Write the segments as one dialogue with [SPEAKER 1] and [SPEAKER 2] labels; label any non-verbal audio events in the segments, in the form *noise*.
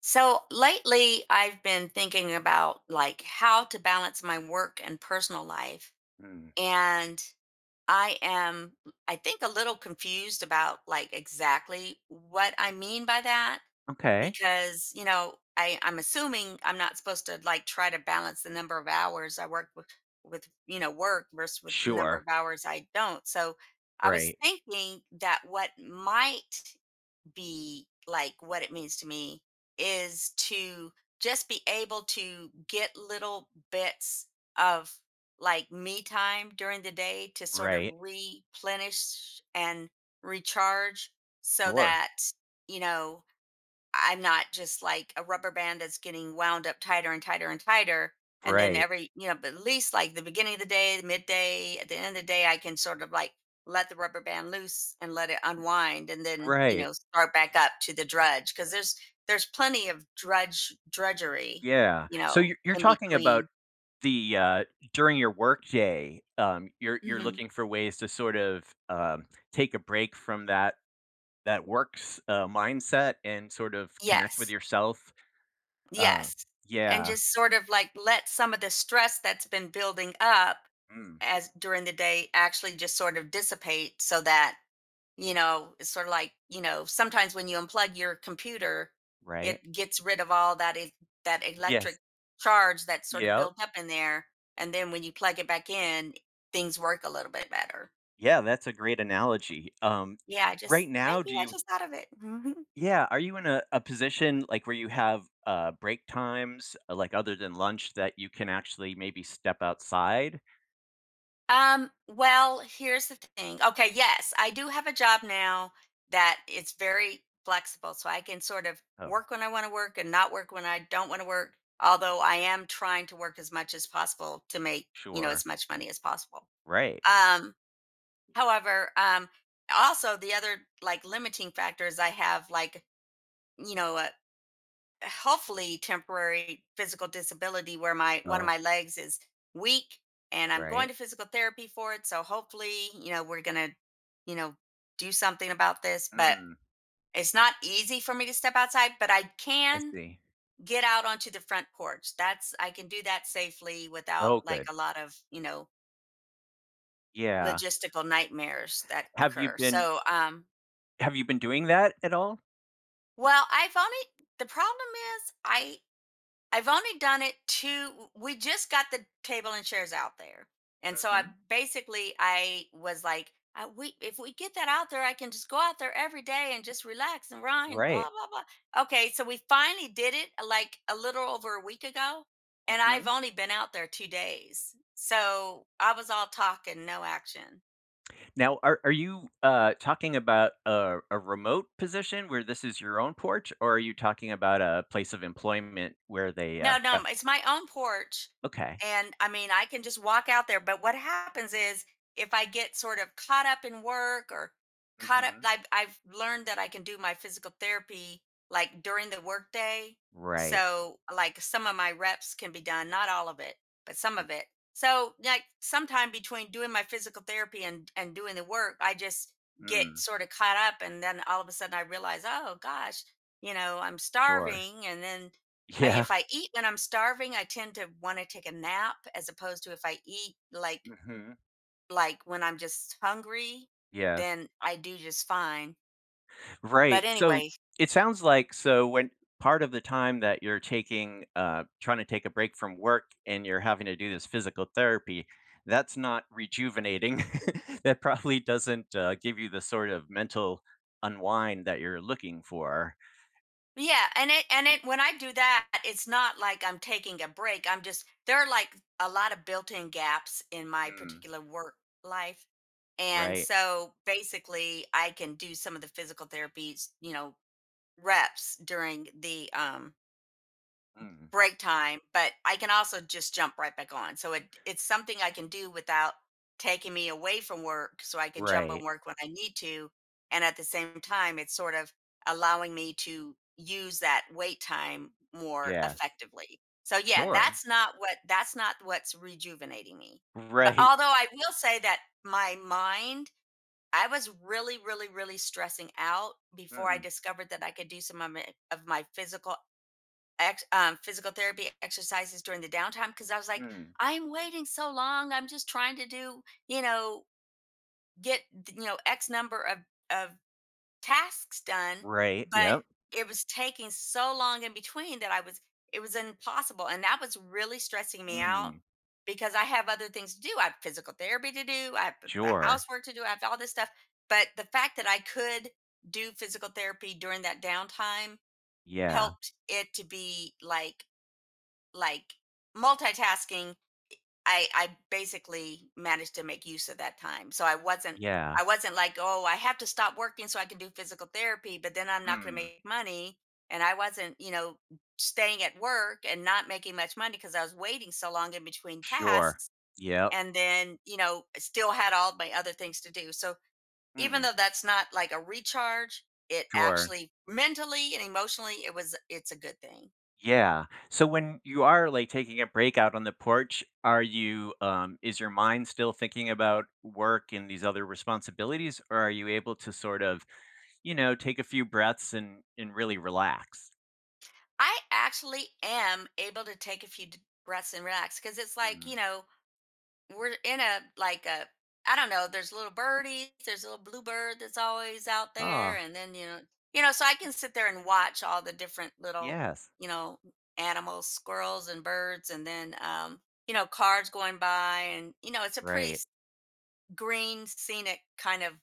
[SPEAKER 1] So lately, I've been thinking about how to balance my work and personal life.
[SPEAKER 2] Mm,
[SPEAKER 1] And I am, I think, a little confused about exactly what I mean by that
[SPEAKER 2] okay.
[SPEAKER 1] because, you know, I'm assuming I'm not supposed to try to balance the number of hours I work with, you know, work versus with the number
[SPEAKER 2] Sure.
[SPEAKER 1] of hours I don't. So I was
[SPEAKER 2] Right.
[SPEAKER 1] thinking that what might be like what it means to me is to just be able to get little bits of me time during the day to sort of
[SPEAKER 2] Right.
[SPEAKER 1] replenish and recharge so
[SPEAKER 2] Sure.
[SPEAKER 1] that you know I'm not just like a rubber band that's getting wound up tighter and tighter and tighter. And then
[SPEAKER 2] Right.
[SPEAKER 1] every, you know, but at least like the beginning of the day, midday, at the end of the day, I can sort of like let the rubber band loose and let it unwind and then, you
[SPEAKER 2] Right.
[SPEAKER 1] know, start back up to the drudge. Cause there's plenty of drudge, drudgery,
[SPEAKER 2] Yeah.
[SPEAKER 1] you
[SPEAKER 2] So
[SPEAKER 1] know,
[SPEAKER 2] you're
[SPEAKER 1] in
[SPEAKER 2] talking about
[SPEAKER 1] between.
[SPEAKER 2] the during your workday, you're
[SPEAKER 1] hmm
[SPEAKER 2] looking for ways to sort of, take a break from that works, mindset and sort of connect with
[SPEAKER 1] Yes.
[SPEAKER 2] yourself. Uh,
[SPEAKER 1] Yes, and
[SPEAKER 2] yeah.
[SPEAKER 1] just sort of like let some of the stress that's been building up
[SPEAKER 2] Mm,
[SPEAKER 1] as during the day actually just sort of dissipate so that, you know, it's sort of like, you know, sometimes when you unplug your computer,
[SPEAKER 2] right?
[SPEAKER 1] it gets rid of all that that
[SPEAKER 2] Yes.
[SPEAKER 1] electric charge that's sort of
[SPEAKER 2] Yeah.
[SPEAKER 1] built up in there. And then when you plug it back in, things work a little bit better.
[SPEAKER 2] Yeah, that's a great analogy.
[SPEAKER 1] Yeah, I
[SPEAKER 2] Right
[SPEAKER 1] just
[SPEAKER 2] now,
[SPEAKER 1] thank
[SPEAKER 2] do
[SPEAKER 1] you. I
[SPEAKER 2] you
[SPEAKER 1] just thought of it. *laughs*
[SPEAKER 2] yeah, are you in a position, like, where you have, break times, like, other than lunch that you can actually maybe step outside?
[SPEAKER 1] Well, here's the thing. Okay, yes, I do have a job now that it's very flexible, so I can sort of
[SPEAKER 2] Oh,
[SPEAKER 1] work when I want to work and not work when I don't want to work, although I am trying to work as much as possible to make, you know,
[SPEAKER 2] sure.
[SPEAKER 1] as much money as possible.
[SPEAKER 2] Right.
[SPEAKER 1] Um, however, also the other like limiting factor is I have like, you know, hopefully temporary physical disability where my one of
[SPEAKER 2] Oh,
[SPEAKER 1] my legs is weak and I'm going
[SPEAKER 2] right.
[SPEAKER 1] to physical therapy for it. So hopefully, you know, we're going to, you know, do something about this, but
[SPEAKER 2] Mm,
[SPEAKER 1] it's not easy for me to step outside, but I
[SPEAKER 2] I
[SPEAKER 1] can
[SPEAKER 2] see.
[SPEAKER 1] get out onto the front porch. That's I can do that safely without
[SPEAKER 2] Oh,
[SPEAKER 1] like
[SPEAKER 2] good.
[SPEAKER 1] a lot of, you know,
[SPEAKER 2] Yeah.
[SPEAKER 1] logistical nightmares that
[SPEAKER 2] Have you
[SPEAKER 1] occur.
[SPEAKER 2] been
[SPEAKER 1] So,
[SPEAKER 2] have you been doing that at all?
[SPEAKER 1] well, I've only the problem is I've only done it two. We just got the table and chairs out there, and so I
[SPEAKER 2] Mhm.
[SPEAKER 1] basically I was like, I, we if we get that out there, I can just go out there every day and just relax and run, blah
[SPEAKER 2] Right.
[SPEAKER 1] blah blah. Okay, so we finally did it like a little over a week ago, and I've
[SPEAKER 2] Mhm.
[SPEAKER 1] only been out there 2 days, so I was all talk and no action.
[SPEAKER 2] Now are you talking about a remote position where this is your own porch, or are you talking about a place of employment where they,
[SPEAKER 1] No, no,
[SPEAKER 2] have
[SPEAKER 1] m it's my own porch,
[SPEAKER 2] okay.
[SPEAKER 1] and, I mean, I can just walk out there, but what happens is if I get sort of caught up in work or caught up
[SPEAKER 2] Mhm.
[SPEAKER 1] I've learned that I can do my physical therapy, like, during the workday,
[SPEAKER 2] Right.
[SPEAKER 1] so, like, some of my reps can be done, not all of it, but some of it. So, like, sometime between doing my physical therapy and doing the work, I just get
[SPEAKER 2] Mm,
[SPEAKER 1] sorta caught up, and then all of a sudden I realize, "Oh gosh, you know, I'm
[SPEAKER 2] sure.
[SPEAKER 1] starving," and then
[SPEAKER 2] *laughs*
[SPEAKER 1] I,
[SPEAKER 2] Yeah.
[SPEAKER 1] if I eat when I'm starving, I tend to want to take a nap as opposed to if I eat
[SPEAKER 2] Mhm.
[SPEAKER 1] like when I'm just hungry,
[SPEAKER 2] Yes.
[SPEAKER 1] then I do just fine. But
[SPEAKER 2] Right. So
[SPEAKER 1] anyway,
[SPEAKER 2] it sounds like when part of the time that you're taking trying to take a break from work and you're having to do this physical therapy, that's not rejuvenating. *laughs* That probably doesn't give you the sort of mental unwind that you're looking for.
[SPEAKER 1] yeah, and it when I do that, it's not like I'm taking a break. I'm just there are like a lot of built-in gaps in my
[SPEAKER 2] Mm.
[SPEAKER 1] particular work life. And
[SPEAKER 2] Right.
[SPEAKER 1] so basically I can do some of the physical therapies, you know, reps during the
[SPEAKER 2] Mm.
[SPEAKER 1] break time, but I can also just jump right back on. So it it's something I can do without taking me away from work so I can jump
[SPEAKER 2] Right.
[SPEAKER 1] on work when I need to. And at the same time, it's sort of allowing me to use that wait time more
[SPEAKER 2] Yes.
[SPEAKER 1] effectively. So yeah,
[SPEAKER 2] Sure.
[SPEAKER 1] that's not what that's not what's rejuvenating me. But
[SPEAKER 2] Right.
[SPEAKER 1] although I will say that my mind, I was really, really, really stressing out before I
[SPEAKER 2] Mm.
[SPEAKER 1] discovered that I could do some of my physical physical therapy exercises during the downtime because I was like,
[SPEAKER 2] Mm.
[SPEAKER 1] I'm waiting so long. I'm just trying to do, you know, get you know X number of tasks done,
[SPEAKER 2] Right.
[SPEAKER 1] but
[SPEAKER 2] Yep.
[SPEAKER 1] it was taking so long in between that I was it was impossible, and that was really stressing me out
[SPEAKER 2] Mm.
[SPEAKER 1] because I have other things to do. I have physical therapy to do. I have the
[SPEAKER 2] Sure.
[SPEAKER 1] housework to do. I have all this stuff, but the fact that I could do physical therapy during that downtime
[SPEAKER 2] Yeah.
[SPEAKER 1] helped it to be like multitasking I basically managed to make use of that time so I wasn't
[SPEAKER 2] Yeah.
[SPEAKER 1] I wasn't like oh I have to stop working so I can do physical therapy but then I'm not going to
[SPEAKER 2] Mm.
[SPEAKER 1] make money and I wasn't you know staying at work and not making much money because I was waiting so long in between
[SPEAKER 2] Sure.
[SPEAKER 1] tasks
[SPEAKER 2] Yep.
[SPEAKER 1] and then you know still had all my other things to do so even
[SPEAKER 2] Mm.
[SPEAKER 1] though that's not like a recharge it
[SPEAKER 2] Sure.
[SPEAKER 1] actually mentally and emotionally it was it's a good thing.
[SPEAKER 2] Yeah. So when you are, like, taking a break out on the porch, are you, is your mind still thinking about work and these other responsibilities, or are you able to sort of, take a few breaths and really relax?
[SPEAKER 1] I actually am able to take a few breaths and relax because it's like,
[SPEAKER 2] Mhm.
[SPEAKER 1] you know, we're in a, I don't know, there's little birdies, there's a little bluebird that's always out there.
[SPEAKER 2] Ah,
[SPEAKER 1] And then, you know, so I can sit there and watch all the different little,
[SPEAKER 2] yes.
[SPEAKER 1] you know, animals, squirrels and birds, and then, you know, cars going by. And, you know, it's a pretty
[SPEAKER 2] Right.
[SPEAKER 1] green scenic kind of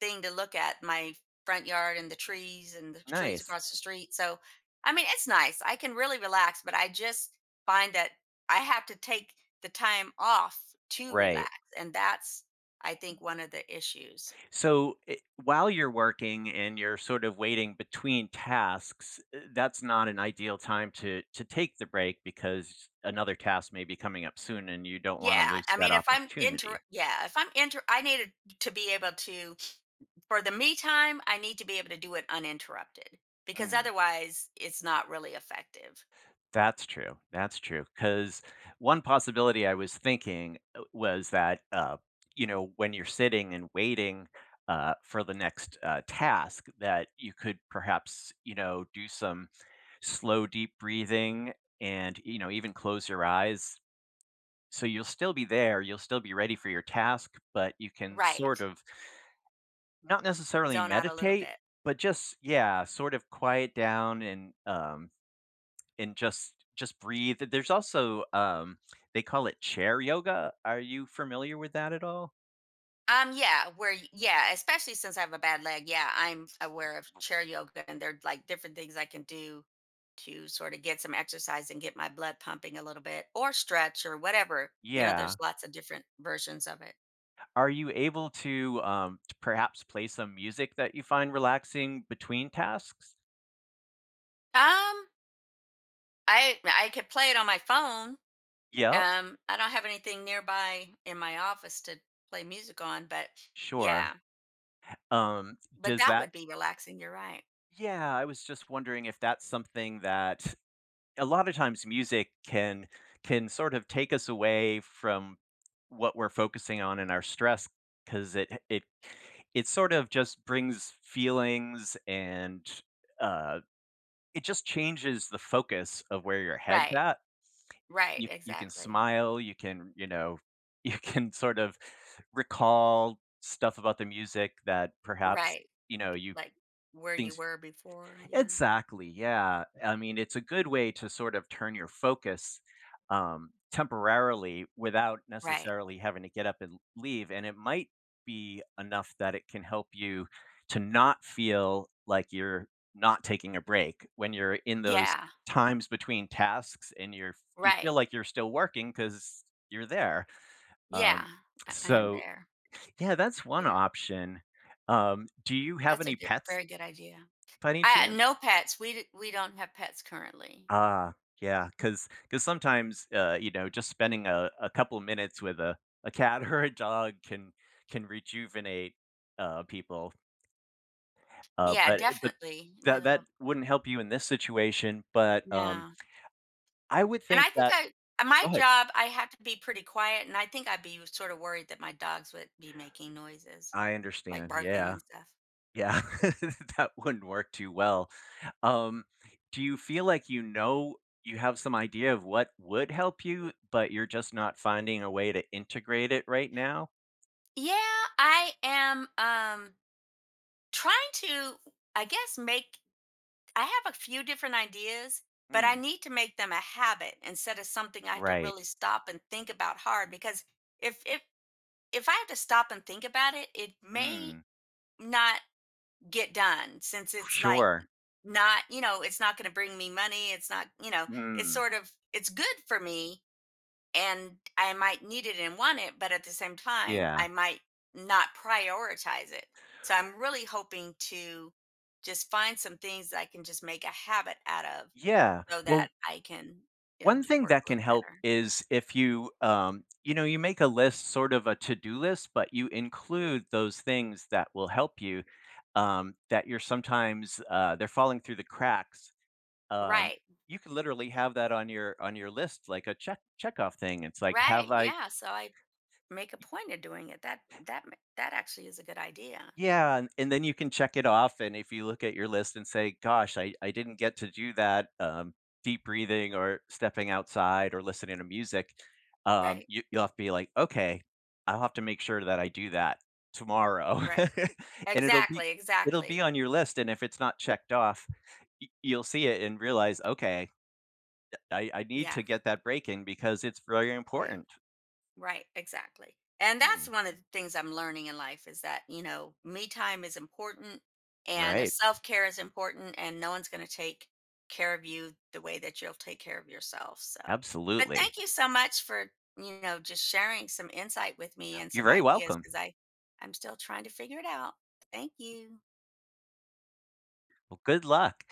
[SPEAKER 1] thing to look at my front yard and the trees
[SPEAKER 2] Nice.
[SPEAKER 1] across the street so I mean it's nice I can really relax but I just find that I have to take the time off to
[SPEAKER 2] Right.
[SPEAKER 1] relax and that's I think one of the issues.
[SPEAKER 2] So I while you're working and you're sort of waiting between tasks, that's not an ideal time to take the break because another task may be coming up soon and you don't want to
[SPEAKER 1] Yeah
[SPEAKER 2] lose
[SPEAKER 1] I
[SPEAKER 2] that
[SPEAKER 1] mean if I'm inter
[SPEAKER 2] opportunity.
[SPEAKER 1] yeah if I'm inter I needed to be able to for the me time I need to be able to do it uninterrupted because otherwise it's not really effective.
[SPEAKER 2] That's true, that's true. Because one possibility I was thinking, was that when you're sitting and waiting, for the next, task, that you could perhaps, do some slow, deep breathing and, even close your eyes. So you'll still be there, you'll still be ready for your task, but you can sort
[SPEAKER 1] Right,
[SPEAKER 2] of not necessarily
[SPEAKER 1] zone out a little
[SPEAKER 2] meditate,
[SPEAKER 1] bit.
[SPEAKER 2] but just yeah, sort of quiet down and just breathe. There's also, they call it chair yoga. Are you familiar with that at all?
[SPEAKER 1] Yeah, where, yeah, especially since I have a bad leg. Yeah, I'm aware of chair yoga and there are like different things I can do to sort of get some exercise and get my blood pumping a little bit or stretch or whatever. You know,
[SPEAKER 2] Yeah.
[SPEAKER 1] there's lots of different versions of it.
[SPEAKER 2] Are you able to perhaps play some music that you find relaxing between tasks?
[SPEAKER 1] Um, I could play it on my phone.
[SPEAKER 2] Yep,
[SPEAKER 1] I don't have anything nearby in my office to play music on, but
[SPEAKER 2] sure.
[SPEAKER 1] yeah,
[SPEAKER 2] Um,
[SPEAKER 1] but
[SPEAKER 2] does
[SPEAKER 1] that
[SPEAKER 2] that
[SPEAKER 1] would be relaxing. You're right.
[SPEAKER 2] yeah, I was just wondering if that's something that a lot of times music can sort of take us away from what we're focusing on in our stress because it sort of just brings feelings and uh, it just changes the focus of where your head's
[SPEAKER 1] Right.
[SPEAKER 2] at.
[SPEAKER 1] Right.
[SPEAKER 2] You can
[SPEAKER 1] Exactly.
[SPEAKER 2] smile, you can *laughs* you can sort of recall stuff about the music that perhaps
[SPEAKER 1] Right.
[SPEAKER 2] you know you
[SPEAKER 1] Like where you
[SPEAKER 2] things
[SPEAKER 1] were before. Yeah.
[SPEAKER 2] Exactly, yeah. I mean, it's a good way to sort of turn your focus, temporarily without
[SPEAKER 1] Right.
[SPEAKER 2] necessarily having to get up and leave, and it might be enough that it can help you to not feel like you're not taking a break when you're in those
[SPEAKER 1] Yeah.
[SPEAKER 2] times between tasks and you're you feel
[SPEAKER 1] Right.
[SPEAKER 2] like you're still working because 'cause you're there.
[SPEAKER 1] Yeah.
[SPEAKER 2] Um,
[SPEAKER 1] I am
[SPEAKER 2] so
[SPEAKER 1] there.
[SPEAKER 2] yeah, that's one
[SPEAKER 1] Here.
[SPEAKER 2] option. Do you have
[SPEAKER 1] That's a
[SPEAKER 2] any pets
[SPEAKER 1] very good idea.
[SPEAKER 2] by any
[SPEAKER 1] I
[SPEAKER 2] chance?
[SPEAKER 1] no pets. We don't have pets currently.
[SPEAKER 2] Ah, yeah, because sometimes, just spending a couple minutes with a cat *laughs* or a dog can rejuvenate, people, uh,
[SPEAKER 1] Yeah,
[SPEAKER 2] but it but
[SPEAKER 1] definitely. My
[SPEAKER 2] that that
[SPEAKER 1] little
[SPEAKER 2] wouldn't help you in this situation, but,
[SPEAKER 1] no.
[SPEAKER 2] I would
[SPEAKER 1] And
[SPEAKER 2] think
[SPEAKER 1] I think
[SPEAKER 2] that
[SPEAKER 1] I
[SPEAKER 2] go
[SPEAKER 1] my
[SPEAKER 2] ahead.
[SPEAKER 1] job I have to be pretty quiet, and I think I'd be sort of worried that my dogs would be making noises,
[SPEAKER 2] I
[SPEAKER 1] like
[SPEAKER 2] understand,
[SPEAKER 1] barking
[SPEAKER 2] yeah,
[SPEAKER 1] and stuff.
[SPEAKER 2] yeah, *laughs* that wouldn't work too well, um, do you feel like you have some idea of what would help you, but you're just not finding a way to integrate it right now?
[SPEAKER 1] Yeah, I am trying to I guess make I have a few different ideas, but I
[SPEAKER 2] Mm,
[SPEAKER 1] need to make them a habit instead of something I have to
[SPEAKER 2] right.
[SPEAKER 1] really stop and think about hard because if if I have to stop and think about it, it may
[SPEAKER 2] Mm.
[SPEAKER 1] not get done since it's like
[SPEAKER 2] Sure.
[SPEAKER 1] not, you know, it's not going to bring me money, it's not, you know, it's
[SPEAKER 2] Mm.
[SPEAKER 1] sort of it's good for me and I might need it and want it, but at the same time,
[SPEAKER 2] Yeah.
[SPEAKER 1] I might not prioritize it. So I'm really hoping to just find some things that I can just make a habit out of
[SPEAKER 2] Yeah.
[SPEAKER 1] so that
[SPEAKER 2] Well,
[SPEAKER 1] I can it'll
[SPEAKER 2] one
[SPEAKER 1] d
[SPEAKER 2] thing
[SPEAKER 1] work
[SPEAKER 2] that
[SPEAKER 1] a
[SPEAKER 2] can
[SPEAKER 1] little
[SPEAKER 2] help
[SPEAKER 1] better.
[SPEAKER 2] is if you you make a list, sort of a to-do list, but you include those things that will help you that you're sometimes they're falling through the cracks. Um
[SPEAKER 1] Right,
[SPEAKER 2] you can literally have that on your list like a check checkoff thing. It's like
[SPEAKER 1] right,
[SPEAKER 2] have I
[SPEAKER 1] yeah, so I make a point of doing it. That that ma that actually is a good idea.
[SPEAKER 2] yeah, and then you can check it off, and if you look at your list and say, "Gosh, I didn't get to do that," deep breathing or stepping outside or listening to music,
[SPEAKER 1] Right,
[SPEAKER 2] you you'll have to be like, "Okay, I'll have to make sure that I do that tomorrow."
[SPEAKER 1] right.
[SPEAKER 2] *laughs* And it'll be
[SPEAKER 1] Exactly,
[SPEAKER 2] it'll be
[SPEAKER 1] exactly.
[SPEAKER 2] on your list, and if it's not checked off, y you'll see it and realize, "Okay, I need
[SPEAKER 1] Yeah,
[SPEAKER 2] to get that break in because it's very
[SPEAKER 1] right.
[SPEAKER 2] important."
[SPEAKER 1] Right, exactly. And that's
[SPEAKER 2] Mm,
[SPEAKER 1] one of the things I'm learning in life is that, you know, me time is important and a
[SPEAKER 2] right,
[SPEAKER 1] self-care is important and no one's going to take care of you the way that you'll take care of yourself. So, but
[SPEAKER 2] absolutely.
[SPEAKER 1] thank you so much for, you know, just sharing some insight with me and
[SPEAKER 2] You're
[SPEAKER 1] some
[SPEAKER 2] very
[SPEAKER 1] ideas
[SPEAKER 2] welcome.
[SPEAKER 1] because I'm still trying to figure it out. Thank you.
[SPEAKER 2] Well, good luck.